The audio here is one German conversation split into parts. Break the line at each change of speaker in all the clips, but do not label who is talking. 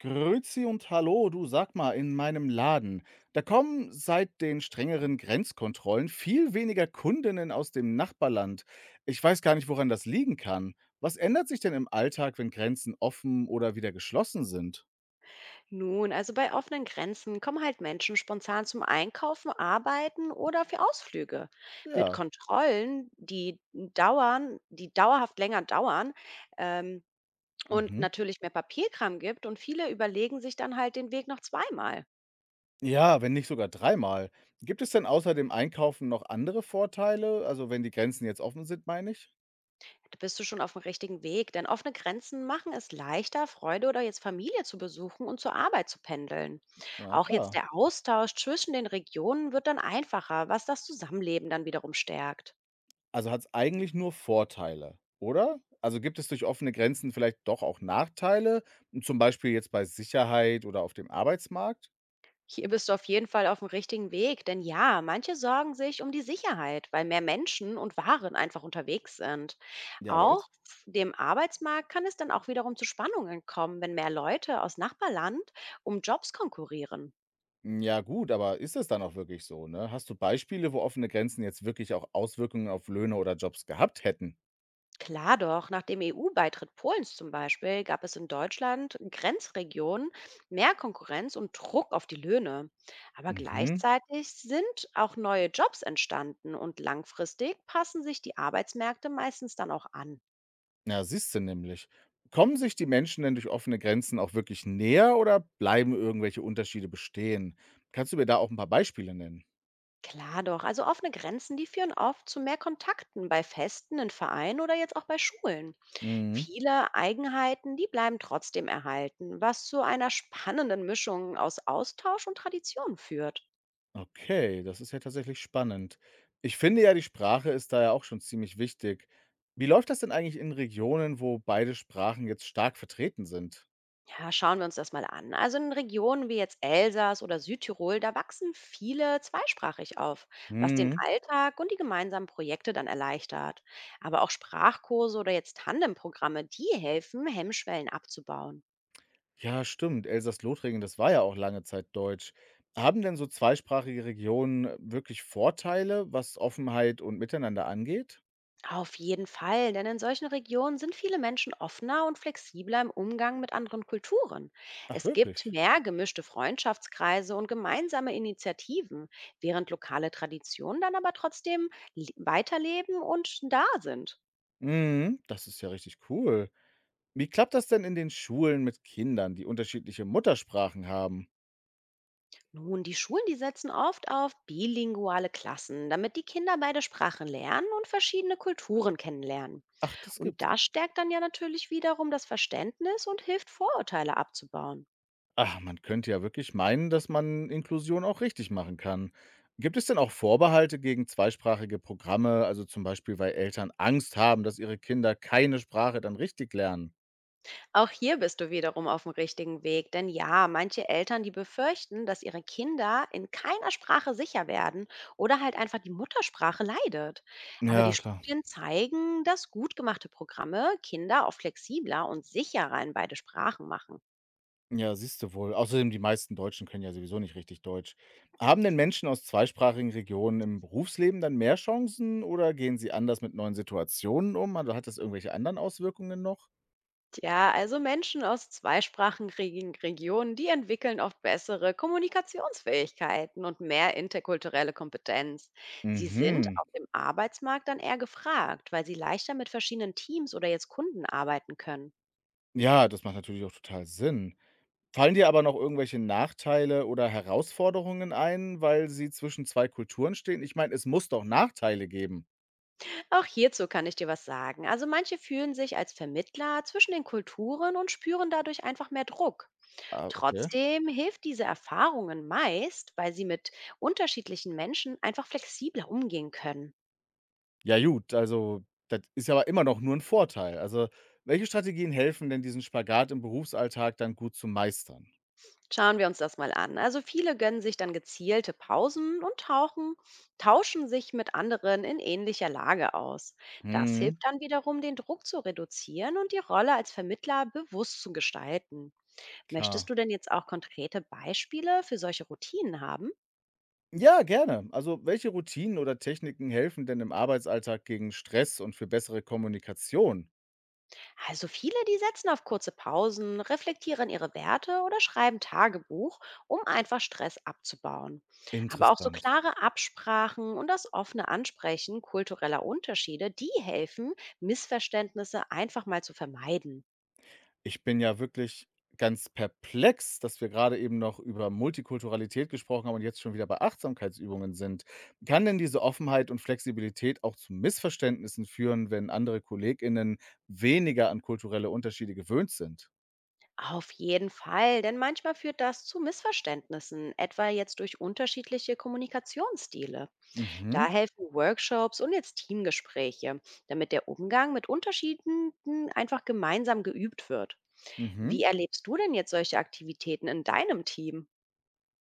Grüezi und hallo, du, sag mal, in meinem Laden, da kommen seit den strengeren Grenzkontrollen viel weniger Kundinnen aus dem Nachbarland. Ich weiß gar nicht, woran das liegen kann. Was ändert sich denn im Alltag, wenn Grenzen offen oder wieder geschlossen sind?
Nun, also bei offenen Grenzen kommen halt Menschen spontan zum Einkaufen, Arbeiten oder für Ausflüge. Mit
Ja.
Kontrollen, die dauerhaft länger dauern ähm, und
Mhm.
natürlich mehr Papierkram gibt und viele überlegen sich dann halt den Weg noch zweimal.
Ja, wenn nicht sogar dreimal. Gibt es denn außer dem Einkaufen noch andere Vorteile? Also wenn die Grenzen jetzt offen sind, meine ich?
Da bist du schon auf dem richtigen Weg, denn offene Grenzen machen es leichter, Freunde oder jetzt Familie zu besuchen und zur Arbeit zu pendeln.
Ja,
Auch jetzt
klar.
der Austausch zwischen den Regionen wird dann einfacher, was das Zusammenleben dann wiederum stärkt.
Also, hat es eigentlich nur Vorteile, oder? Also, gibt es durch offene Grenzen vielleicht doch auch Nachteile, hm, zum Beispiel jetzt bei Sicherheit oder auf dem Arbeitsmarkt?
Hier bist du auf jeden Fall auf dem richtigen Weg, denn ja, manche sorgen sich um die Sicherheit, weil mehr Menschen und Waren einfach unterwegs sind.
Ja, aber
Auch
ist
dem Arbeitsmarkt kann es dann auch wiederum zu Spannungen kommen, wenn mehr Leute aus Nachbarland um Jobs konkurrieren.
ja gut, aber ist das dann auch wirklich so, ne? Hast du Beispiele, wo offene Grenzen jetzt wirklich auch Auswirkungen auf Löhne oder Jobs gehabt hätten?
Klar doch, nach dem EU-Beitritt Polens zum Beispiel gab es in Deutschland Grenzregionen mehr Konkurrenz und Druck auf die Löhne. Aber
Mhm.
gleichzeitig sind auch neue Jobs entstanden und langfristig passen sich die Arbeitsmärkte meistens dann auch an.
Ja, siehst du nämlich. Kommen sich die Menschen denn durch offene Grenzen auch wirklich näher oder bleiben irgendwelche Unterschiede bestehen? Kannst du mir da auch ein paar Beispiele nennen?
Klar doch, also offene Grenzen, die führen oft zu mehr Kontakten bei Festen, in Vereinen oder jetzt auch bei Schulen.
Mhm.
Viele Eigenheiten, die bleiben trotzdem erhalten, was zu einer spannenden Mischung aus Austausch und Tradition führt.
Okay, das ist ja tatsächlich spannend. Ich finde ja, die Sprache ist da ja auch schon ziemlich wichtig. Wie läuft das denn eigentlich in Regionen, wo beide Sprachen jetzt stark vertreten sind?
Ja, schauen wir uns das mal an. Also in Regionen wie jetzt Elsass oder Südtirol, da wachsen viele zweisprachig auf, was den
Hm,
Alltag und die gemeinsamen Projekte dann erleichtert. Aber auch Sprachkurse oder jetzt Tandemprogramme, die helfen, Hemmschwellen abzubauen.
ja, stimmt. Elsass-Lothringen, das war ja auch lange Zeit Deutsch. Haben denn so zweisprachige Regionen wirklich Vorteile, was Offenheit und Miteinander angeht?
Auf jeden Fall, denn in solchen Regionen sind viele Menschen offener und flexibler im Umgang mit anderen Kulturen.
Ach,
Es gibt
wirklich?
mehr gemischte Freundschaftskreise und gemeinsame Initiativen, während lokale Traditionen dann aber trotzdem weiterleben und da sind.
Hm, das ist ja richtig cool. Wie klappt das denn in den Schulen mit Kindern, die unterschiedliche Muttersprachen haben?
Nun, die Schulen, die setzen oft auf bilinguale Klassen, damit die Kinder beide Sprachen lernen und verschiedene Kulturen kennenlernen.
Ach, das
Und
gibt's.
das stärkt dann ja natürlich wiederum das Verständnis und hilft, Vorurteile abzubauen.
Ach, man könnte ja wirklich meinen, dass man Inklusion auch richtig machen kann. Gibt es denn auch Vorbehalte gegen zweisprachige Programme, also zum Beispiel, weil Eltern Angst haben, dass ihre Kinder keine Sprache dann richtig lernen?
Auch hier bist du wiederum auf dem richtigen Weg, denn ja, manche Eltern, die befürchten, dass ihre Kinder in keiner Sprache sicher werden oder halt einfach die Muttersprache leidet. Aber die
Ja, klar.
Studien zeigen, dass gut gemachte Programme Kinder auch flexibler und sicherer in beide Sprachen machen.
Ja, siehst du wohl. Außerdem, die meisten Deutschen können ja sowieso nicht richtig Deutsch. Haben denn Menschen aus zweisprachigen Regionen im Berufsleben dann mehr Chancen oder gehen sie anders mit neuen Situationen um? Also hat das irgendwelche anderen Auswirkungen noch?
Ja, also Menschen aus zweisprachigen Regionen, die entwickeln oft bessere Kommunikationsfähigkeiten und mehr interkulturelle Kompetenz. Sie sind
Mhm.
auf dem Arbeitsmarkt dann eher gefragt, weil sie leichter mit verschiedenen Teams oder jetzt Kunden arbeiten können.
Ja, das macht natürlich auch total Sinn. Fallen dir aber noch irgendwelche Nachteile oder Herausforderungen ein, weil sie zwischen 2 Kulturen stehen? Ich meine, es muss doch Nachteile geben.
Auch hierzu kann ich dir was sagen. Also manche fühlen sich als Vermittler zwischen den Kulturen und spüren dadurch einfach mehr Druck.
Ah, okay.
Trotzdem hilft diese Erfahrungen meist, weil sie mit unterschiedlichen Menschen einfach flexibler umgehen können.
Ja gut, also das ist ja aber immer noch nur 'n Vorteil. Also, welche Strategien helfen denn, diesen Spagat im Berufsalltag dann gut zu meistern?
Schauen wir uns das mal an. Also viele gönnen sich dann gezielte Pausen und tauschen sich mit anderen in ähnlicher Lage aus. Das hilft
Mhm,
dann wiederum, den Druck zu reduzieren und die Rolle als Vermittler bewusst zu gestalten. Möchtest
klar.
du denn jetzt auch konkrete Beispiele für solche Routinen haben?
Ja, gerne. Also, welche Routinen oder Techniken helfen denn im Arbeitsalltag gegen Stress und für bessere Kommunikation?
Also viele, die setzen auf kurze Pausen, reflektieren ihre Werte oder schreiben Tagebuch, um einfach Stress abzubauen. Aber auch so
Interessant.
klare Absprachen und das offene Ansprechen kultureller Unterschiede, die helfen, Missverständnisse einfach mal zu vermeiden.
Ich bin ja wirklich ganz perplex, dass wir gerade eben noch über Multikulturalität gesprochen haben und jetzt schon wieder bei Achtsamkeitsübungen sind. Kann denn diese Offenheit und Flexibilität auch zu Missverständnissen führen, wenn andere KollegInnen weniger an kulturelle Unterschiede gewöhnt sind?
Auf jeden Fall, denn manchmal führt das zu Missverständnissen, etwa jetzt durch unterschiedliche Kommunikationsstile. Da
Mhm,
helfen Workshops und jetzt Teamgespräche, damit der Umgang mit Unterschieden einfach gemeinsam geübt wird.
mhm.
Wie erlebst du denn jetzt solche Aktivitäten in deinem Team?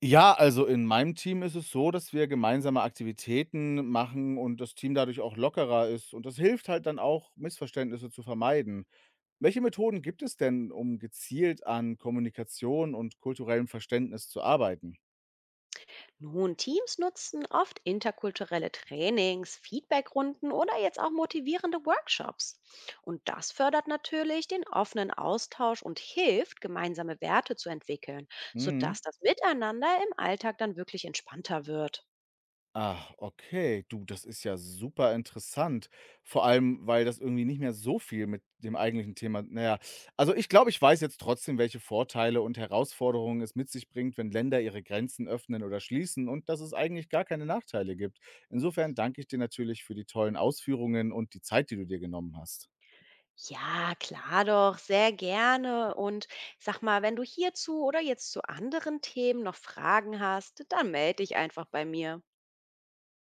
Ja, also in meinem Team ist es so, dass wir gemeinsame Aktivitäten machen und das Team dadurch auch lockerer ist. Und das hilft halt dann auch, Missverständnisse zu vermeiden. Welche Methoden gibt es denn, um gezielt an Kommunikation und kulturellem Verständnis zu arbeiten?
Nun, Teams nutzen oft interkulturelle Trainings, Feedbackrunden oder jetzt auch motivierende Workshops. Und das fördert natürlich den offenen Austausch und hilft, gemeinsame Werte zu entwickeln,
Mhm.
sodass das Miteinander im Alltag dann wirklich entspannter wird.
Ach, okay. Du, das ist ja super interessant. Vor allem, weil das irgendwie nicht mehr so viel mit dem eigentlichen Thema. Naja, also ich glaube, ich weiß jetzt trotzdem, welche Vorteile und Herausforderungen es mit sich bringt, wenn Länder ihre Grenzen öffnen oder schließen und dass es eigentlich gar keine Nachteile gibt. Insofern danke ich dir natürlich für die tollen Ausführungen und die Zeit, die du dir genommen hast.
Ja, klar doch, sehr gerne. Und sag mal, wenn du hierzu oder jetzt zu anderen Themen noch Fragen hast, dann melde dich einfach bei mir.